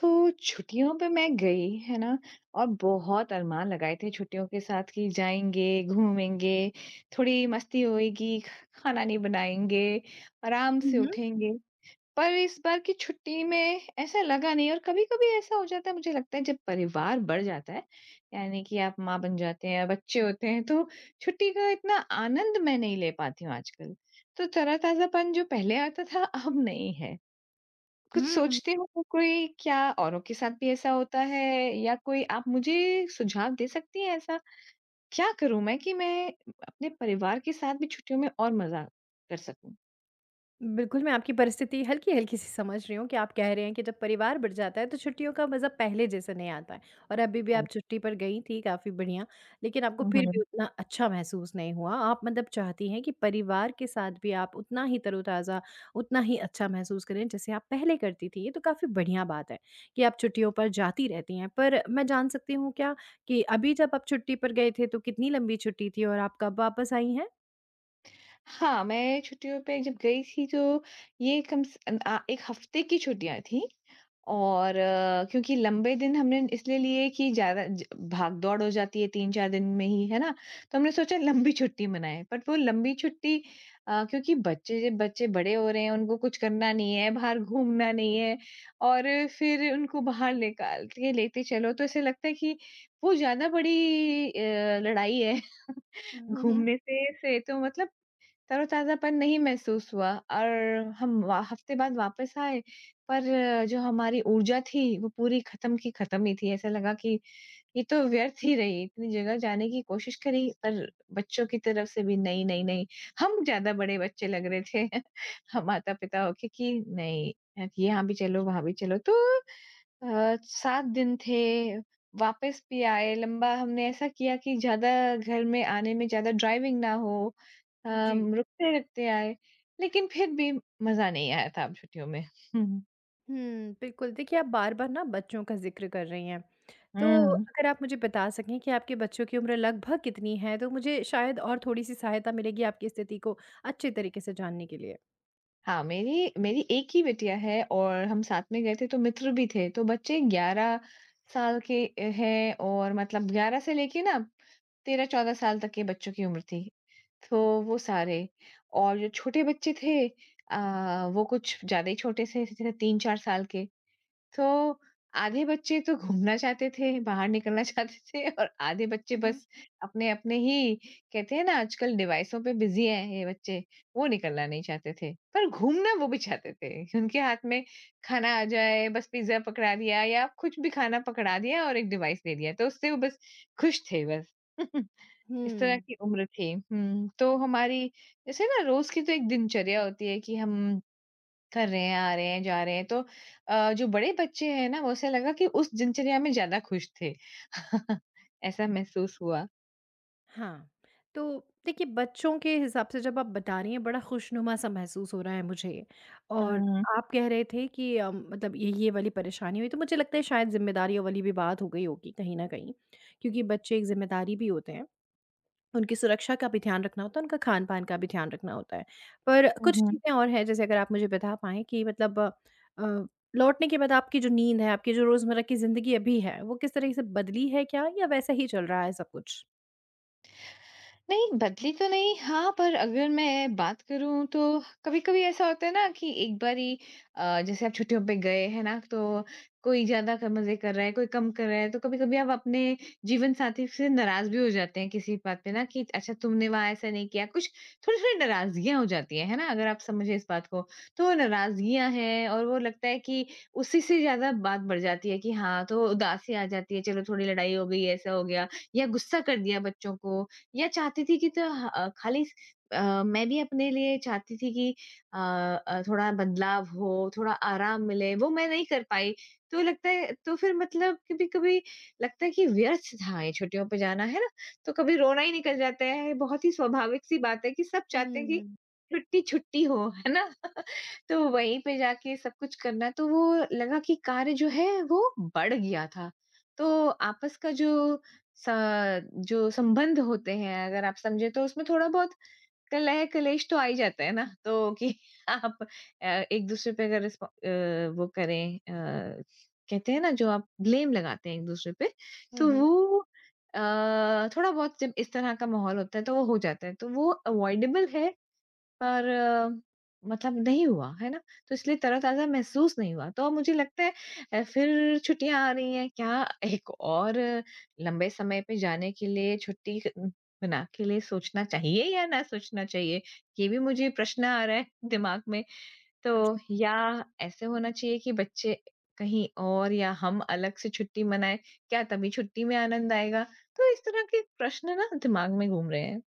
तो छुट्टियों पे मैं गई, है ना? और बहुत अरमान लगाए थे छुट्टियों के साथ कि जाएँगे, घूमेंगे, थोड़ी मस्ती होएगी, ख खाना नहीं बनाएँगे, आराम हुँ, से हुँ। उठेंगे। पर इस बार की छुट्टी में ऐसा लगा नहीं और कभी-कभी ऐसा हो जाता है मुझे लगता है जब परिवार बढ़ जाता है, यानी कि आप माँ बन जाते हैं, बच्चे होते हैं तो छुट्टी का इतना आनंद मैं नहीं ले पाती हूँ आजकल। तो तरो-ताज़ापन जो पहले आता था अब नहीं है। कुछ हुँ, सोचते हो तो कोई क्या औरों के साथ भी ऐसा होता है या कोई आप मुझे सुझाव दे सकती हैं ऐसा? क्या करूँ मैं कि मैं अपने परिवार के साथ भी छुट्टियों में और मज़ा कर सकूँ? बिल्कुल मैं आपकी परिस्थिति हल्की-हल्की सी समझ रही हूँ कि आप कह रहे हैं कि जब परिवार बढ़ जाता है तो छुट्टियों का मज़ा पहले जैसा नहीं आता है और अभी भी हाँ आप जी। छुट्टी पर गई थी काफ़ी बढ़िया, लेकिन आपको हुँ, फिर भी हुँ। उतना अच्छा महसूस नहीं हुआ। आप मतलब चाहती हैं कि परिवार के साथ भी आप उतना ही तरोताज़ा, उतना ही अच्छा महसूस करें जैसे आप पहले करती थी। ये तो काफ़ी बढ़िया बात है कि आप छुट्टियों पर जाती रहती हैं। पर मैं जान सकती हूँ क्या कि अभी जब आप छुट्टी पर गए थे तो कितनी लंबी छुट्टी थी और आप कब वापस आई हैं? हाँ, मैं छुट्टियों पे जब गई थी तो ये कम से 1 हफ़्ते की छुट्टियाँ थी। और क्योंकि लंबे दिन हमने इसलिए लिए कि ज़्यादा ज भाग-दौड़ हो जाती है 3-4 दिन में ही, है ना? तो हमने सोचा लंबी छुट्टी मनाएँ, बट वो लंबी छुट्टी क्योंकि बच्चे बच्चे बड़े हो रहे हैं, उनको कुछ करना नहीं है, बाहर घूमना नहीं है और फिर उनको बाहर निकाल के लेते चलो, तो ऐसे लगता है कि वो ज़्यादा बड़ी लड़ाई है हुँ, हुँ, हुँ। घूमने से तो मतलब तरोताज़ापन नहीं महसूस हुआ और हम वा हफ्ते बाद वापस आए, पर जो हमारी ऊर्जा थी वो पूरी ख़त्म की ख़त्म ही थी। ऐसा लगा कि ये तो व्यर्थ ही रही, इतनी जगह जाने की कोशिश करी पर बच्चों की तरफ से भी नहीं, नहीं, नहीं, हम ज़्यादा बड़े बच्चे लग रहे थे हम माता-पिता होके कि नहीं, यहाँ भी चलो, वहाँ भी चलो। तो 7 दिन थे, वापस भी आए, लंबा हमने ऐसा किया कि ज़्यादा घर में आने में ज़्यादा ड्राइविंग ना हो, जी। रुकते-रुकते आए, लेकिन फिर भी मज़ा नहीं आया था अब छुट्टियों में। हुँ, हुँ, बिल्कुल। देखिए, आप बार-बार ना बच्चों का ज़िक्र कर रही हैं, तो हुँ। अगर आप मुझे बता सकें कि आपके बच्चों की उम्र लगभग कितनी है, तो मुझे शायद और थोड़ी-सी सहायता मिलेगी आपकी स्थिति को अच्छे तरीके से जानने के लिए। हाँ, मेरी मेरी एक ही बिटिया है और हम साथ में गए थे तो मित्र भी थे। तो बच्चे 11 साल के हैं और मतलब 11 से लेके ना 13-14 साल तक के बच्चों की उम्र थी। तो वो सारे और जो छोटे बच्चे थे वो कुछ ज़्यादा ही छोटे से थे 3-4 साल के। तो आधे बच्चे तो घूमना चाहते थे, बाहर निकलना चाहते थे और आधे बच्चे हुँ, हुँ। बस अपने-अपने ही कहते हैं ना आजकल डिवाइसों पे बिज़ी हैं ये बच्चे, वो निकलना नहीं चाहते थे। पर घूमना वो भी चाहते थे। उनके हाथ में खाना आ जाए, बस पिज़्ज़ा पकड़ा दिया या कुछ भी खाना पकड़ा दिया और एक डिवाइस दे दिया, तो उससे वो बस खुश थे बस। इस तरह हुँ, की उम्र थी। हुँ, तो हमारी जैसे ना रोज़ की तो एक दिनचर्या होती है कि हम कर रहे हैं, आ रहे हैं, जा रहे हैं। तो जो बड़े बच्चे हैं ना, वो ऐसा लगा कि उस दिनचर्या में ज़्यादा खुश थे। ऐसा महसूस हुआ। हाँ। तो देखिए, बच्चों के हिसाब से जब आप बता रही हैं, बड़ा खुशनुमा सा महसूस हो रहा है मुझे और हुँ। आप कह रहे थे कि मतलब ये वाली परेशानी हुई, तो मुझे लगता है शायद ज़िम्मेदारियों वाली भी बात हो गई होगी कहीं न कहीं, क्योंकि बच्चे एक ज़िम्मेदारी भी होते हैं। उनकी सुरक्षा का भी ध्यान रखना होता है, उनका खान-पान का भी ध्यान रखना होता है। पर हुँ, कुछ हुँ। चीज़ें और हैं जैसे अगर आप मुझे बता पाएँ कि मतलब लौटने के बाद आपकी जो नींद है, आपकी जो रोज़मर्रा की ज़िंदगी अभी है, वो किस तरीके से बदली है क्या या वैसा ही चल रहा है सब कुछ? नहीं, बदली तो नहीं हाँ, पर अगर मैं बात करूँ तो कभी-कभी ऐसा होता है ना कि एक बारी जैसे आप छुट्टियों पे गए, है ना? तो कोई ज़्यादा क मज़े कर रहा है, कोई कम कर रहा है, तो कभी-कभी आप अपने जीवनसाथी से नाराज़ भी हो जाते हैं किसी बात पे ना कि अच्छा तुमने वहाँ ऐसा नहीं किया। कुछ थोड़ी-थोड़ी नाराज़गियाँ हो जाती हैं, है ना? अगर आप समझे इस बात को। तो नाराज़गियाँ हैं और वो लगता है कि उसी से ज़्यादा बात बढ़ जाती है कि हाँ, तो उदासी आ जाती है, चलो थोड़ी लड़ाई हो गई, ऐसा हो गया या गुस्सा कर दिया बच्चों को या चाहती थी कि तो खाली मैं भी अपने लिए चाहती थी कि अ थोड़ा बदलाव हो, थोड़ा आराम मिले, वो मैं नहीं कर पाई। तो लगता है तो फिर मतलब कभी-कभी लगता है कि व्यर्थ था ये छुट्टियों पे जाना, है ना? तो कभी रोना ही निकल जाता है, बहुत ही स्वाभाविक सी बात है कि सब चाहते हैं हुँ, कि छुट्टी-छुट्टी हो, है ना? तो वहीं पे जाके सब कुछ करना तो वो लगा कि कार्य जो है वो बढ़ गया था। तो आपस का स जो संबंध होते हैं अगर आप समझे तो उसमें थोड़ा-बहुत कलह-कलेश तो आ ही जाता है ना। तो कि आप एक-दूसरे पे अगर वो करें, कहते हैं ना जो आप ब्लेम लगाते हैं एक-दूसरे पे हुँ, तो हुँ। वो थोड़ा-बहुत जब इस तरह का माहौल होता है तो वो हो जाता है। तो वो अवॉइडेबल है पर मतलब नहीं हुआ, है ना? तो इसलिए तरोताज़ा महसूस नहीं हुआ। तो मुझे लगता है फिर छुट्टियाँ आ रही हैं, क्या एक और लंबे समय पे जाने के लिए छुट्टी क बना के लिए सोचना चाहिए या ना सोचना चाहिए? ये भी मुझे प्रश्न आ रहा है दिमाग में। तो या ऐसे होना चाहिए कि बच्चे कहीं और या हम अलग से छुट्टी मनाएँ, क्या तभी छुट्टी में आनंद आएगा? तो इस तरह के प्रश्न ना दिमाग में घूम रहे हैं।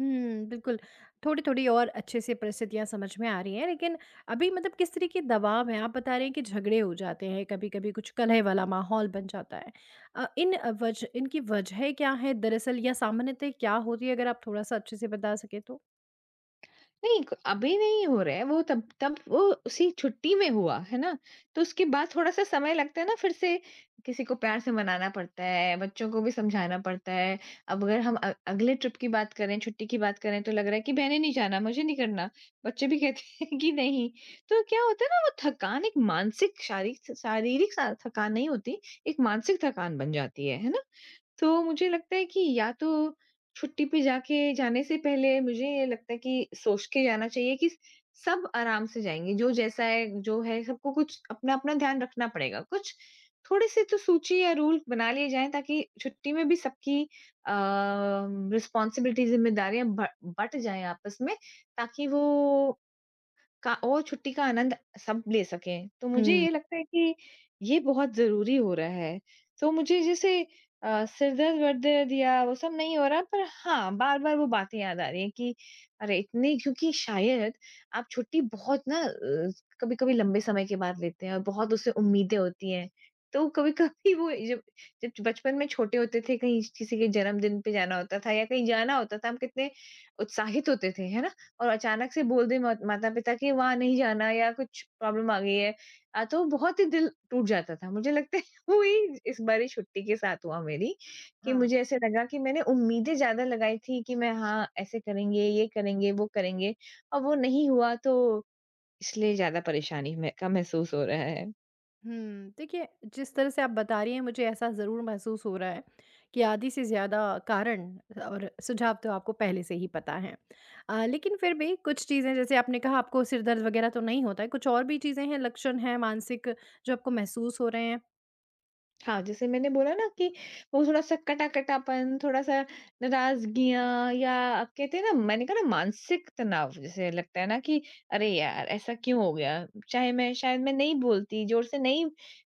हुँ, बिल्कुल। थोड़ी-थोड़ी और अच्छे से परिस्थितियाँ समझ में आ रही हैं, लेकिन अभी मतलब किस तरह के दबाव हैं? आप बता रहे हैं कि झगड़े हो जाते हैं, कभी-कभी कुछ कलह वाला माहौल बन जाता है। अ, इन वज इनकी वजह क्या है दरअसल या सामान्यतः क्या होती है? अगर आप थोड़ा-सा अच्छे से बता सकें तो? नहीं, क अभी नहीं हो रहा है, वो तब तब वो उसी छुट्टी में हुआ, है ना? तो उसके बाद थोड़ा-सा समय लगता है ना फिर से, किसी को प्यार से मनाना पड़ता है, बच्चों को भी समझाना पड़ता है। अब अगर हम अगले ट्रिप की बात करें, छुट्टी की बात करें तो लग रहा है कि मैंने नहीं जाना, मुझे नहीं करना। बच्चे भी कहते हैं कि नहीं। तो क्या होता है ना वो थकान एक मानसिक शारीरिक शारीरिक सा थकान नहीं होती, एक मानसिक थकान बन जाती है ना? तो मुझे लगता है कि या तो छुट्टी पे जाके जाने से पहले मुझे ये लगता है कि सोच के जाना चाहिए कि सब आराम से जाएँगे, जो जैसा है, जो है सबको कुछ अपना-अपना ध्यान रखना पड़ेगा। कुछ थोड़े-से तो सूची या रूल बना लिए जाएँ ताकि छुट्टी में भी सबकी अ, रिस्पॉन्सिबिलिटी ज़िम्मेदारियाँ ब बँट जाएँ आपस में ताकि वो का और छुट्टी का आनंद सब ले सकें। तो मुझे हुँ। ये लगता है कि ये बहुत ज़रूरी हो रहा है। तो मुझे जैसे सिर दर्द, वर्दर्द या वो सब नहीं हो रहा पर हाँ, बार-बार वो बातें याद आ रही हैं कि अरे! इतनी क्योंकि शायद आप छुट्टी बहुत ना कभी-कभी लंबे समय के बाद लेते हैं और बहुत उससे उम्मीदें होती हैं। तो कभी-कभी वो जब जब बचपन में छोटे होते थे, कहीं किसी के जन्मदिन पे जाना होता था या कहीं जाना होता था, हम कितने उत्साहित होते थे, है ना? और अचानक से बोल दें मत माता-पिता कि वहाँ नहीं जाना या कुछ प्रॉब्लम आ गई है तो बहुत ही दिल टूट जाता था। मुझे लगता है वही इस बारी छुट्टी के साथ हुआ मेरी कि हाँ। मुझे ऐसे लगा कि मैंने उम्मीदें ज़्यादा लगाई थी कि मैं हाँ, ऐसे करेंगे, ये करेंगे, वो करेंगे और वो नहीं हुआ तो इसलिए ज़्यादा परेशानी में का महसूस हो रहा है। देखिए, जिस तरह से आप बता रही हैं, मुझे ऐसा ज़रूर महसूस हो रहा है कि आधी से ज़्यादा कारण और सुझाव तो आपको पहले से ही पता हैं। लेकिन फिर भी कुछ चीज़ें, जैसे आपने कहा आपको सिर दर्द वग़ैरह तो नहीं होता है, कुछ और भी चीज़ें हैं, लक्षण हैं मानसिक जो आपको महसूस हो रहे हैं? हाँ, जैसे मैंने बोला ना कि वो थोड़ा-सा कटा-कटापन, थोड़ा-सा नाराज़गियाँ या आप कहते हैं ना मैंने कहा ना मानसिक तनाव जैसे लगता है ना कि अरे यार! ऐसा क्यों हो गया? चाहे मैं शायद मैं नहीं बोलती, ज़ोर से नहीं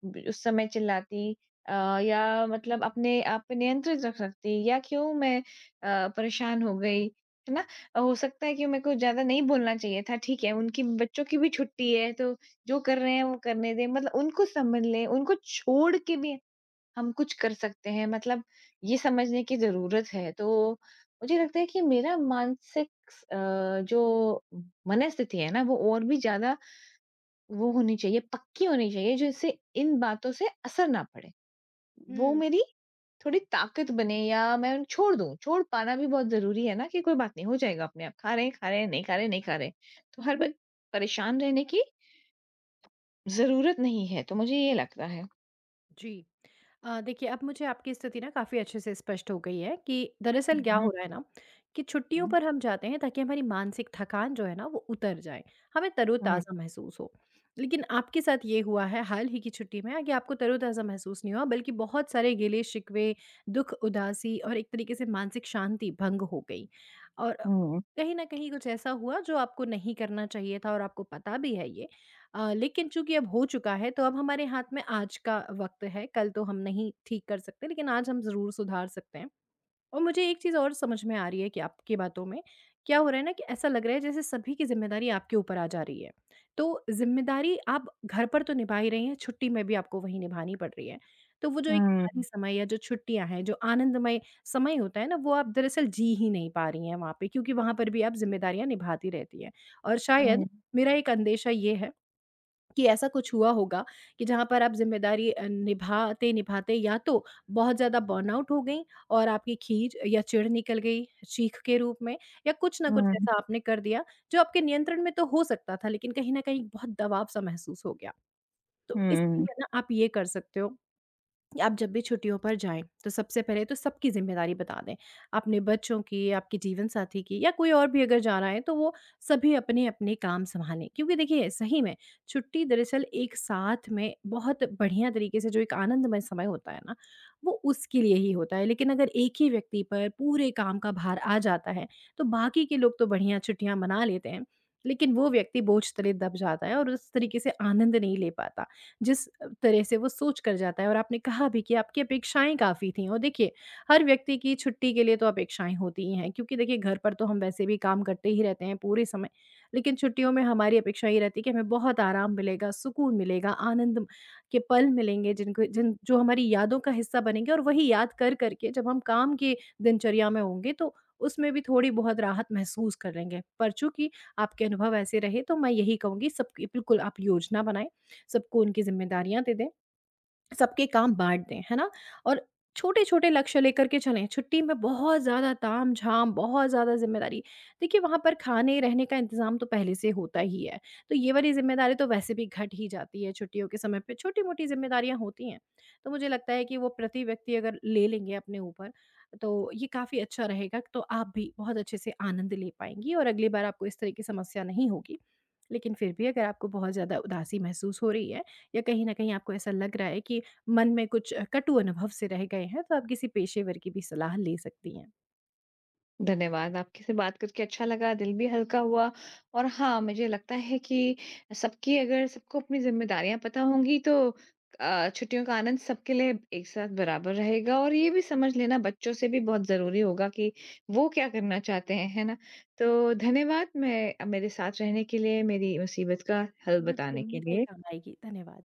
ब उस समय चिल्लाती अ, या मतलब अपने आप पे नियंत्रित रख सकती या क्यों मैं परेशान हो गई, है ना? हो सकता है कि मेरे को ज़्यादा नहीं बोलना चाहिए था, ठीक है, उनकी बच्चों की भी छुट्टी है, तो जो कर रहे हैं वो करने दें, मतलब उनको समझ लें, उनको छोड़ के भी हम कुछ कर सकते हैं मतलब ये समझने की ज़रूरत है। तो मुझे लगता है कि मेरा मानसिक अ, जो मनःस्थिति है ना, वो और भी ज़्यादा वो होनी चाहिए, पक्की होनी चाहिए जिससे इन बातों से असर ना पड़े। वो हुँ। मेरी थोड़ी ताकत बने या मैं उन छोड़ दूँ, छोड़ पाना भी बहुत ज़रूरी है ना कि कोई बात नहीं, हो जाएगा अपने आप। खा रहे हैं, नहीं खा रहे हैं, नहीं खा रहे हैं। तो हर वक़्त परेशान रहने की ज़रूरत नहीं है, तो मुझे ये लगता है। जी। देखिए, अब मुझे आपकी स्थिति ना काफ़ी अच्छे से स्पष्ट हो गई है कि दरअसल क्या हो हुँ, रहा है ना, कि छुट्टियों हुँ, पर हम जाते हैं ताकि हमारी मानसिक थकान जो है ना वो उतर जाए, हमें हुँ, तरोताज़ा महसूस हो। लेकिन आपके साथ ये हुआ है हाल ही की छुट्टी में कि आपको तरोताज़ा महसूस नहीं हुआ, बल्कि बहुत सारे गिले-शिकवे, दुःख, उदासी और एक तरीके से मानसिक शांति भंग हो गई। और हुँ, कहीं न कहीं कुछ ऐसा हुआ जो आपको नहीं करना चाहिए था, और आपको पता भी है ये। लेकिन चूँकि अब हो चुका है, तो अब हमारे हाथ में आज का वक़्त है, कल तो हम नहीं ठीक कर सकते, लेकिन आज हम ज़रूर सुधार सकते हैं। और मुझे एक चीज़ और समझ में आ रही है कि आपकी बातों में, क्या हो रहा है ना, कि ऐसा लग रहा है जैसे सभी की ज़िम्मेदारी आपके ऊपर आ जा रही है। तो ज़िम्मेदारी आप घर पर तो निभा ही रही हैं, छुट्टी में भी आपको वही निभानी पड़ रही है। तो वो जो एक हुँ, खाली समय या जो छुट्टियाँ हैं, जो आनंदमय समय होता है ना, वो आप दरअसल जी ही नहीं पा रही हैं वहाँ पे, क्योंकि वहाँ पर भी आप ज़िम्मेदारियाँ निभाती रहती हैं। और शायद हुँ। मेरा एक अंदेशा ये है कि ऐसा कुछ हुआ होगा कि जहाँ पर आप ज़िम्मेदारी निभाते-निभाते या तो बहुत ज़्यादा बर्नआउट हो गईं और आपकी खीज या चिढ़ निकल गई चीख के रूप में, या कुछ न कुछ हुँ। ऐसा आपने कर दिया जो आपके नियंत्रण में तो हो सकता था, लेकिन कहीं न कहीं बहुत दबाव सा महसूस हो गया। तो इसके हुँ, लिए ना आप ये कर सकते हो, आप जब भी छुट्टियों पर जाएँ, तो सबसे पहले तो सबकी ज़िम्मेदारी बता दें। अपने बच्चों की, आपके जीवनसाथी की, या कोई और भी अगर जा रहा है, तो वो सभी अपने-अपने काम सँभालें। क्योंकि देखिए, सही में छुट्टी दरअसल एक साथ में बहुत बढ़िया तरीके से जो एक आनंदमय समय होता है ना, वो उसके लिए ही होता है। लेकिन अगर एक ही व्यक्ति पर पूरे काम का भार आ जाता है, तो बाकी के लोग तो बढ़िया छुट्टियाँ मना लेते हैं, लेकिन वो व्यक्ति बोझ तले दब जाता है और उस तरीके से आनंद नहीं ले पाता। जिस तरह से वो सोच कर जाता है, और आपने कहा भी कि आपकी अपेक्षाएँ काफ़ी थीं, और देखिए, हर व्यक्ति की छुट्टी के लिए तो अपेक्षाएँ होती ही हैं, क्योंकि देखिए घर पर तो हम वैसे भी काम करते ही रहते हैं पूरे समय। लेकिन छुट्टियों में हमारी अपेक्षा ये रहती है कि हमें बहुत आराम मिलेगा, सुकून मिलेगा, आनंद के पल मिलेंगे जिनको जिन जो हमारी यादों का हिस्सा बनेंगे और वही याद कर कर के जब हम काम की दिनचर्या में होंगे तो उसमें भी थोड़ी बहुत राहत महसूस कर लेंगे। पर चूँकि आपके अनुभव ऐसे रहे, तो मैं यही कहूँगी, सबकी बिल्कुल आप योजना बनाएँ, सबको उनकी ज़िम्मेदारियाँ दे दें। सबके काम बाँट दें, है ना? और छोटे-छोटे लक्ष्य लेकर के चलें, छुट्टी में बहुत ज़्यादा ताम-झाम, बहुत ज़्यादा ज़िम्मेदारी, देखिए, वहाँ पर खाने, रहने का इंतज़ाम तो पहले से होता ही है, तो ये वाली ज़िम्मेदारी तो वैसे भी घट ही जाती है छुट्टियों के समय पे, छोटी-मोटी ज़िम्मेदारियाँ होती हैं। तो मुझे लगता है कि वो प्रति व्यक्ति अगर ले लेंगे अपने ऊपर, तो ये काफ़ी अच्छा रहेगा, तो आप भी बहुत अच्छे से आनंद ले पाएँगी और अगली बार आपको इस तरह की समस्या नहीं होगी। लेकिन फिर भी अगर आपको बहुत ज़्यादा उदासी महसूस हो रही है, या कहीं न कहीं आपको ऐसा लग रहा है कि मन में कुछ कटु अनुभव से रह गए हैं, तो आप किसी पेशेवर की भी सलाह ले सकती हैं। धन्यवाद। आपके से बात करके अच्छा लगा, दिल भी हल्का हुआ और हाँ, मुझे लगता है कि सबकी अगर सबको अपनी ज़िम्मेदारियाँ पता होंगी तो छुट्टियों का आनंद सबके लिए एक साथ बराबर रहेगा और ये भी समझ लेना बच्चों से भी बहुत ज़रूरी होगा कि वो क्या करना चाहते हैं, है ना? तो धन्यवाद मैं मेरे साथ रहने के लिए, मेरी मुसीबत का हल बिल्कुल, बताने के उम्मीद है ये लिए। काम आएगी। धन्यवाद।